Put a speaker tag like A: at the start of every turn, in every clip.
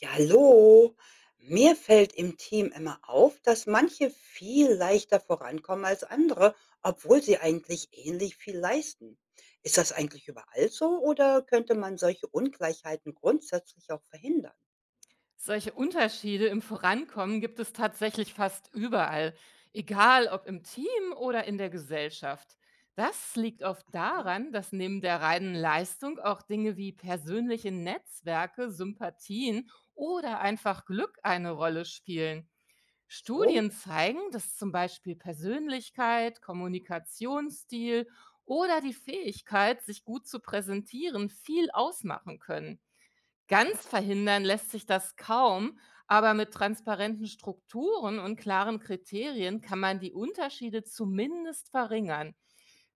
A: Ja, hallo. Mir fällt im Team immer auf, dass manche viel leichter vorankommen als andere, obwohl sie eigentlich ähnlich viel leisten. Ist das eigentlich überall so oder könnte man solche Ungleichheiten grundsätzlich auch verhindern?
B: Solche Unterschiede im Vorankommen gibt es tatsächlich fast überall, egal ob im Team oder in der Gesellschaft. Das liegt oft
A: Ja,
B: daran, dass neben der reinen Leistung auch Dinge wie persönliche Netzwerke, Sympathien oder einfach Glück eine Rolle spielen.
A: so ist das.
B: Studien zeigen, dass zum Beispiel Persönlichkeit, Kommunikationsstil oder die Fähigkeit, sich gut zu präsentieren, viel ausmachen können.
A: So.
B: Ganz verhindern lässt sich das kaum, aber mit transparenten Strukturen und klaren Kriterien kann man die Unterschiede zumindest verringern.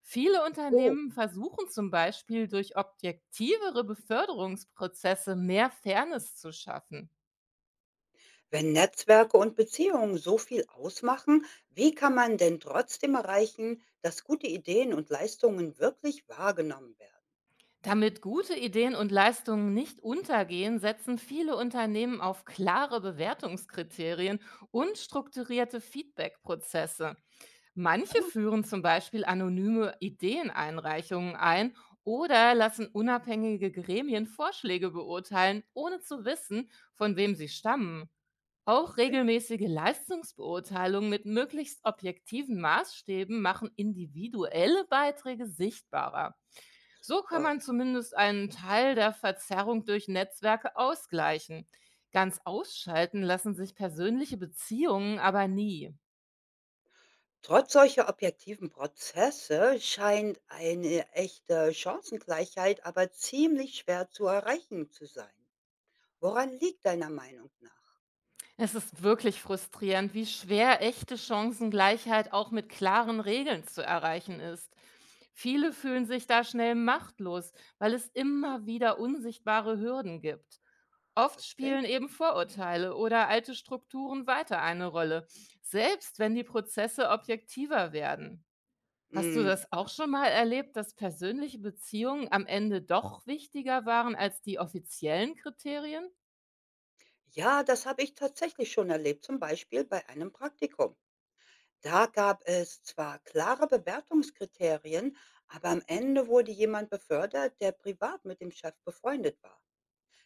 B: Viele
A: Oh,
B: Unternehmen versuchen zum Beispiel durch objektivere Beförderungsprozesse mehr Fairness zu schaffen.
A: wenn Netzwerke und Beziehungen so viel ausmachen, wie kann man denn trotzdem erreichen, dass gute Ideen und Leistungen wirklich wahrgenommen werden?
B: Damit gute Ideen und Leistungen nicht untergehen, setzen viele Unternehmen auf klare Bewertungskriterien und strukturierte Feedbackprozesse. Manche führen zum Beispiel anonyme Ideeneinreichungen ein oder lassen unabhängige Gremien Vorschläge beurteilen, ohne zu wissen, von wem sie stammen. Auch
A: Richtig?
B: regelmäßige Leistungsbeurteilungen mit möglichst objektiven Maßstäben machen individuelle Beiträge sichtbarer. So kann
A: Super.
B: man zumindest einen Teil der Verzerrung durch Netzwerke ausgleichen. Ganz ausschalten lassen sich persönliche Beziehungen aber nie.
A: Trotz solcher objektiven Prozesse scheint eine echte Chancengleichheit aber ziemlich schwer zu erreichen zu sein. Woran liegt deiner Meinung nach?
B: Es ist wirklich frustrierend, wie schwer echte Chancengleichheit auch mit klaren Regeln zu erreichen ist. Viele fühlen sich da schnell machtlos, weil es
A: Aha,
B: immer wieder unsichtbare Hürden gibt. Oft
A: richtig.
B: spielen eben Vorurteile oder alte Strukturen weiter eine Rolle, selbst wenn die Prozesse objektiver werden. Hast du
A: Mhm,
B: das auch
A: ja.
B: schon mal erlebt, dass persönliche Beziehungen am Ende doch wichtiger waren als die offiziellen Kriterien?
A: Ja, das habe ich tatsächlich schon erlebt, zum Beispiel bei einem Praktikum. Da gab es zwar klare Bewertungskriterien, aber am Ende wurde jemand befördert, der privat mit dem Chef befreundet war.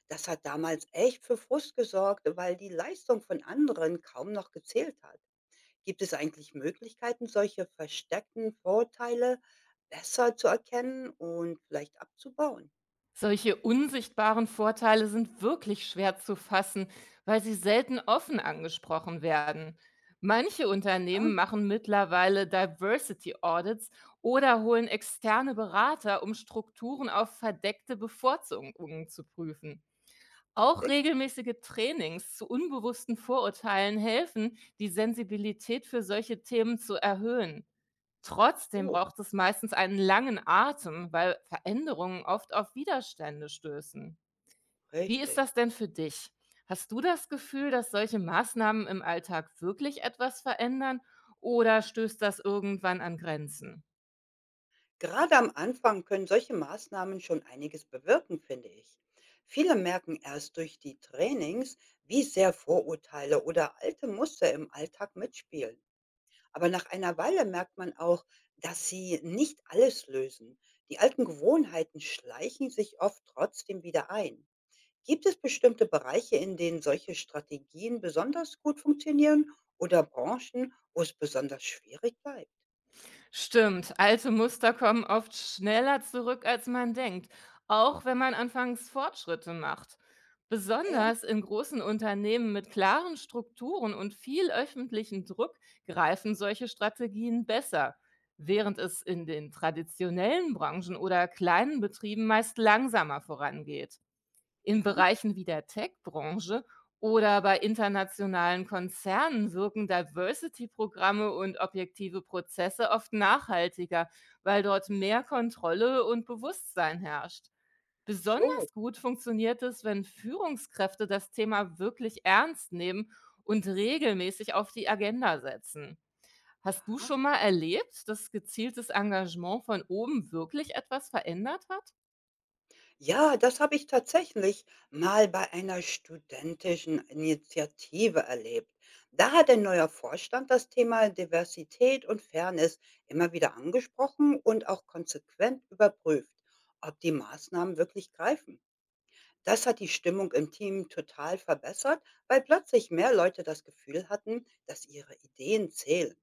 A: Das hat damals echt für Frust gesorgt, weil die Leistung von anderen kaum noch gezählt hat. Gibt es eigentlich Möglichkeiten, solche versteckten Vorurteile besser zu erkennen und vielleicht abzubauen?
B: Solche unsichtbaren Vorteile sind wirklich schwer zu fassen, weil sie selten offen angesprochen werden. Manche
A: Ja,
B: Unternehmen machen mittlerweile Diversity Audits oder holen externe Berater, um Strukturen auf verdeckte Bevorzugungen zu prüfen. Auch
A: richtig?
B: regelmäßige Trainings zu unbewussten Vorurteilen helfen, die Sensibilität für solche Themen zu erhöhen.
A: Ach
B: Trotzdem
A: so,
B: braucht es meistens einen langen Atem, weil Veränderungen oft auf Widerstände stößen. Wie ist
A: richtig.
B: das denn für dich? Hast du das Gefühl, dass solche Maßnahmen im Alltag wirklich etwas verändern oder stößt das irgendwann an Grenzen?
A: Gerade am Anfang können solche Maßnahmen schon einiges bewirken, finde ich. Viele merken erst durch die Trainings, wie sehr Vorurteile oder alte Muster im Alltag mitspielen. Aber nach einer Weile merkt man auch, dass sie nicht alles lösen. Die alten Gewohnheiten schleichen sich oft trotzdem wieder ein. Gibt es bestimmte Bereiche, in denen solche Strategien besonders gut funktionieren oder Branchen, wo es besonders schwierig bleibt?
B: Stimmt, alte Muster kommen oft schneller zurück, als man denkt, auch wenn man anfangs Fortschritte macht.
A: Ja, ja,
B: Besonders in großen Unternehmen mit klaren Strukturen und viel öffentlichen Druck greifen solche Strategien besser, während es in den traditionellen Branchen oder kleinen Betrieben meist langsamer vorangeht. In
A: ja.
B: Bereichen wie der Tech-Branche oder bei internationalen Konzernen wirken Diversity-Programme und objektive Prozesse oft nachhaltiger, weil dort mehr Kontrolle und Bewusstsein herrscht.
A: Ach so.
B: Besonders gut funktioniert es, wenn Führungskräfte das Thema wirklich ernst nehmen und regelmäßig auf die Agenda setzen. Hast du
A: Aha.
B: schon mal erlebt, dass gezieltes Engagement von oben wirklich etwas verändert hat?
A: Ja, das habe ich tatsächlich mal bei einer studentischen Initiative erlebt. Da hat ein neuer Vorstand das Thema Diversität und Fairness immer wieder angesprochen und auch konsequent überprüft, ob die Maßnahmen wirklich greifen. Das hat die Stimmung im Team total verbessert, weil plötzlich mehr Leute das Gefühl hatten, dass ihre Ideen zählen.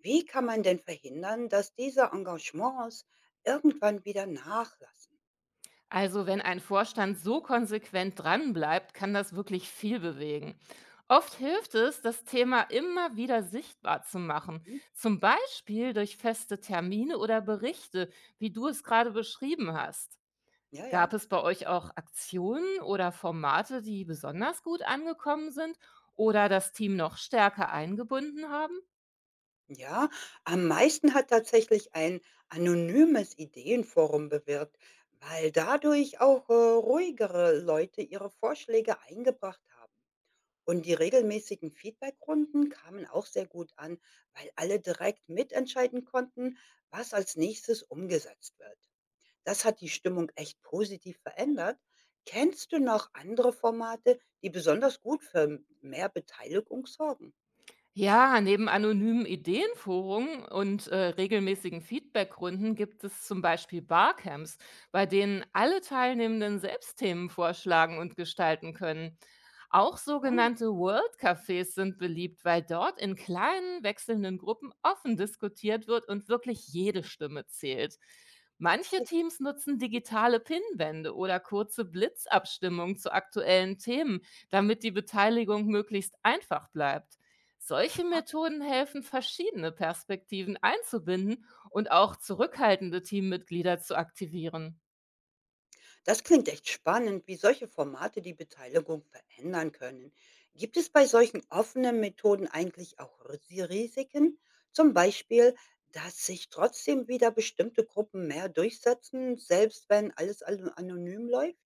A: Wie kann man denn verhindern, dass diese Engagements irgendwann wieder nachlassen?
B: Also wenn ein Vorstand so konsequent dranbleibt, kann das wirklich viel bewegen. Oft hilft es, das Thema immer wieder sichtbar zu machen,
A: Mhm.
B: zum Beispiel durch feste Termine oder Berichte, wie du es gerade beschrieben hast.
A: Ja, ja.
B: Gab es bei euch auch Aktionen oder Formate, die besonders gut angekommen sind oder das Team noch stärker eingebunden haben?
A: Ja, am meisten hat tatsächlich ein anonymes Ideenforum bewirkt, weil dadurch auch ruhigere Leute ihre Vorschläge eingebracht haben. Und die regelmäßigen Feedbackrunden kamen auch sehr gut an, weil alle direkt mitentscheiden konnten, was als nächstes umgesetzt wird. Das hat die Stimmung echt positiv verändert. Kennst du noch andere Formate, die besonders gut für mehr Beteiligung sorgen?
B: Ja, neben anonymen Ideenforen und regelmäßigen Feedbackrunden gibt es zum Beispiel Barcamps, bei denen alle Teilnehmenden selbst Themen vorschlagen und gestalten können. Auch
A: Ja,
B: sogenannte World Cafés sind beliebt, weil dort in kleinen, wechselnden Gruppen offen diskutiert wird und wirklich jede Stimme zählt. Manche
A: tatsächlich.
B: Teams nutzen digitale Pinwände oder kurze Blitzabstimmungen zu aktuellen Themen, damit die Beteiligung möglichst einfach bleibt. Solche
A: Aha.
B: Methoden helfen, verschiedene Perspektiven einzubinden und auch zurückhaltende Teammitglieder zu aktivieren.
A: Das klingt echt spannend, wie solche Formate die Beteiligung verändern können. Gibt es bei solchen offenen Methoden eigentlich auch Risiken? Zum Beispiel, dass sich trotzdem wieder bestimmte Gruppen mehr durchsetzen, selbst wenn alles anonym läuft?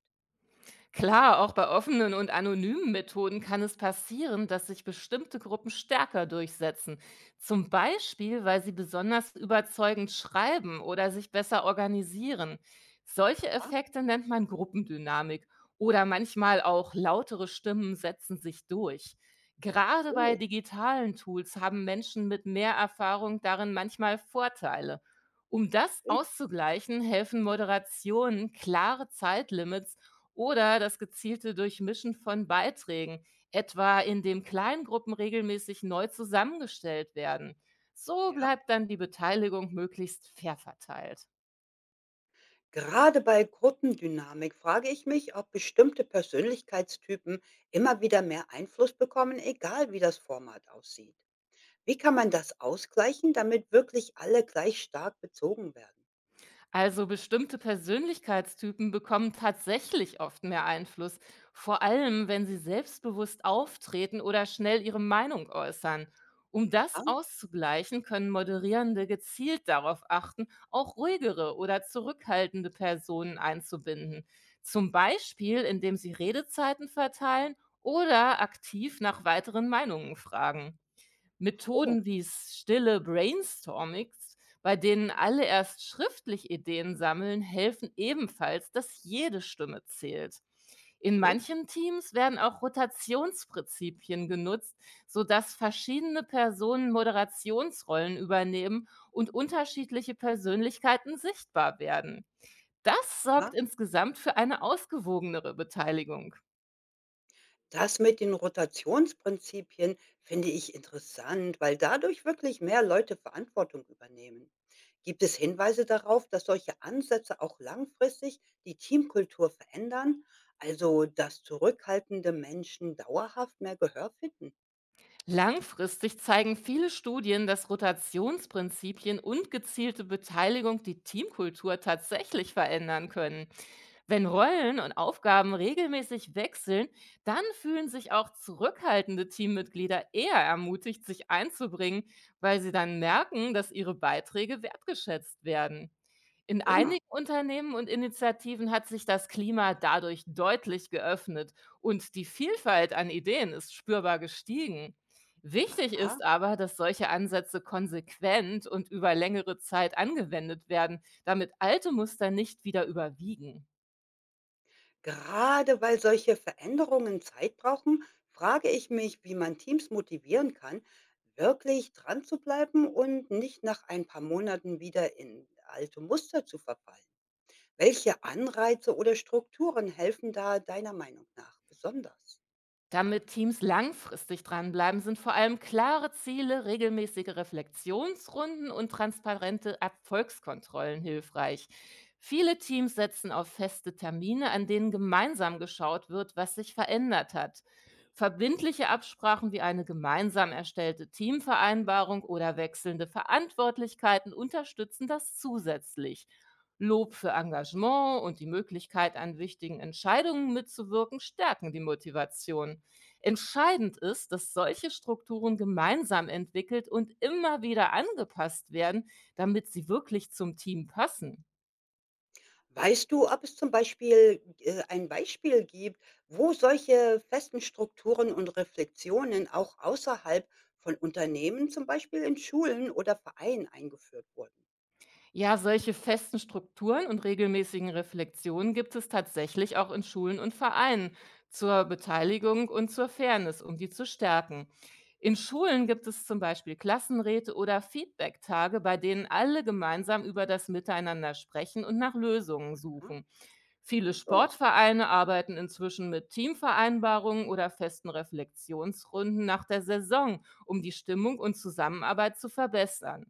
B: Klar, auch bei offenen und anonymen Methoden kann es passieren, dass sich bestimmte Gruppen stärker durchsetzen. Zum Beispiel, weil sie besonders überzeugend schreiben oder sich besser organisieren. Solche
A: Ach
B: Effekte nennt man Gruppendynamik oder manchmal auch lautere Stimmen setzen sich durch. Gerade bei
A: so,
B: digitalen Tools haben Menschen mit mehr Erfahrung darin manchmal Vorteile. Um das
A: verstehe,
B: auszugleichen, helfen Moderationen, klare Zeitlimits oder das gezielte Durchmischen von Beiträgen, etwa indem Kleingruppen regelmäßig neu zusammengestellt werden. So
A: ja.
B: bleibt dann die Beteiligung möglichst fair verteilt.
A: Gerade bei Gruppendynamik frage ich mich, ob bestimmte Persönlichkeitstypen immer wieder mehr Einfluss bekommen, egal wie das Format aussieht. Wie kann man das ausgleichen, damit wirklich alle gleich stark bezogen werden?
B: Also bestimmte Persönlichkeitstypen bekommen tatsächlich oft mehr Einfluss, vor allem wenn sie selbstbewusst auftreten oder schnell ihre Meinung äußern. Um
A: Aha,
B: das auszugleichen, können Moderierende gezielt darauf achten, auch ruhigere oder zurückhaltende Personen einzubinden. Zum Beispiel, indem sie Redezeiten verteilen oder aktiv nach weiteren Meinungen fragen.
A: so,
B: Methoden wie s stille Brainstormings, bei denen alle erst schriftlich Ideen sammeln, helfen ebenfalls, dass jede Stimme zählt. In
A: gut.
B: manchen Teams werden auch Rotationsprinzipien genutzt, sodass verschiedene Personen Moderationsrollen übernehmen und unterschiedliche Persönlichkeiten sichtbar werden. Das sorgt
A: Ja.
B: insgesamt für eine ausgewogenere Beteiligung.
A: Das mit den Rotationsprinzipien finde ich interessant, weil dadurch wirklich mehr Leute Verantwortung übernehmen. Gibt es Hinweise darauf, dass solche Ansätze auch langfristig die Teamkultur verändern, also dass zurückhaltende Menschen dauerhaft mehr Gehör finden?
B: Langfristig zeigen viele Studien, dass Rotationsprinzipien und gezielte Beteiligung die Teamkultur tatsächlich verändern können. Wenn Rollen und Aufgaben regelmäßig wechseln, dann fühlen sich auch zurückhaltende Teammitglieder eher ermutigt, sich einzubringen, weil sie dann merken, dass ihre Beiträge wertgeschätzt werden. In
A: Prima.
B: einigen Unternehmen und Initiativen hat sich das Klima dadurch deutlich geöffnet und die Vielfalt an Ideen ist spürbar gestiegen. Wichtig ist
A: Aha.
B: aber, dass solche Ansätze konsequent und über längere Zeit angewendet werden, damit alte Muster nicht wieder überwiegen.
A: Gerade weil solche Veränderungen Zeit brauchen, frage ich mich, wie man Teams motivieren kann, wirklich dran zu bleiben und nicht nach ein paar Monaten wieder in alte Muster zu verfallen. Welche Anreize oder Strukturen helfen da deiner Meinung nach besonders?
B: Damit Teams langfristig dranbleiben, sind vor allem klare Ziele, regelmäßige Reflexionsrunden und transparente Erfolgskontrollen hilfreich. Viele Teams setzen auf feste Termine, an denen gemeinsam geschaut wird, was sich verändert hat. Verbindliche Absprachen wie eine gemeinsam erstellte Teamvereinbarung oder wechselnde Verantwortlichkeiten unterstützen das zusätzlich. Lob für Engagement und die Möglichkeit, an wichtigen Entscheidungen mitzuwirken, stärken die Motivation. Entscheidend ist, dass solche Strukturen gemeinsam entwickelt und immer wieder angepasst werden, damit sie wirklich zum Team passen.
A: Weißt du, ob es zum Beispiel ein Beispiel gibt, wo solche festen Strukturen und Reflexionen auch außerhalb von Unternehmen, zum Beispiel in Schulen oder Vereinen eingeführt wurden?
B: Ja, solche festen Strukturen und regelmäßigen Reflexionen gibt es tatsächlich auch in Schulen und Vereinen zur Beteiligung und zur Fairness, um die zu stärken. In Schulen gibt es zum Beispiel Klassenräte oder Feedback-Tage, bei denen alle gemeinsam über das Miteinander sprechen und nach Lösungen suchen. Viele
A: So,
B: Sportvereine arbeiten inzwischen mit Teamvereinbarungen oder festen Reflexionsrunden nach der Saison, um die Stimmung und Zusammenarbeit zu verbessern.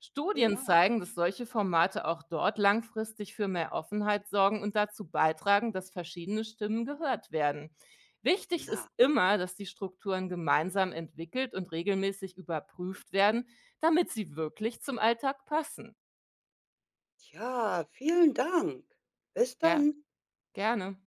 B: Studien
A: prima.
B: zeigen, dass solche Formate auch dort langfristig für mehr Offenheit sorgen und dazu beitragen, dass verschiedene Stimmen gehört werden. Wichtig
A: Na,
B: ist immer, dass die Strukturen gemeinsam entwickelt und regelmäßig überprüft werden, damit sie wirklich zum Alltag passen.
A: ja, vielen Dank. Bis
B: Ja,
A: dann.
B: gerne.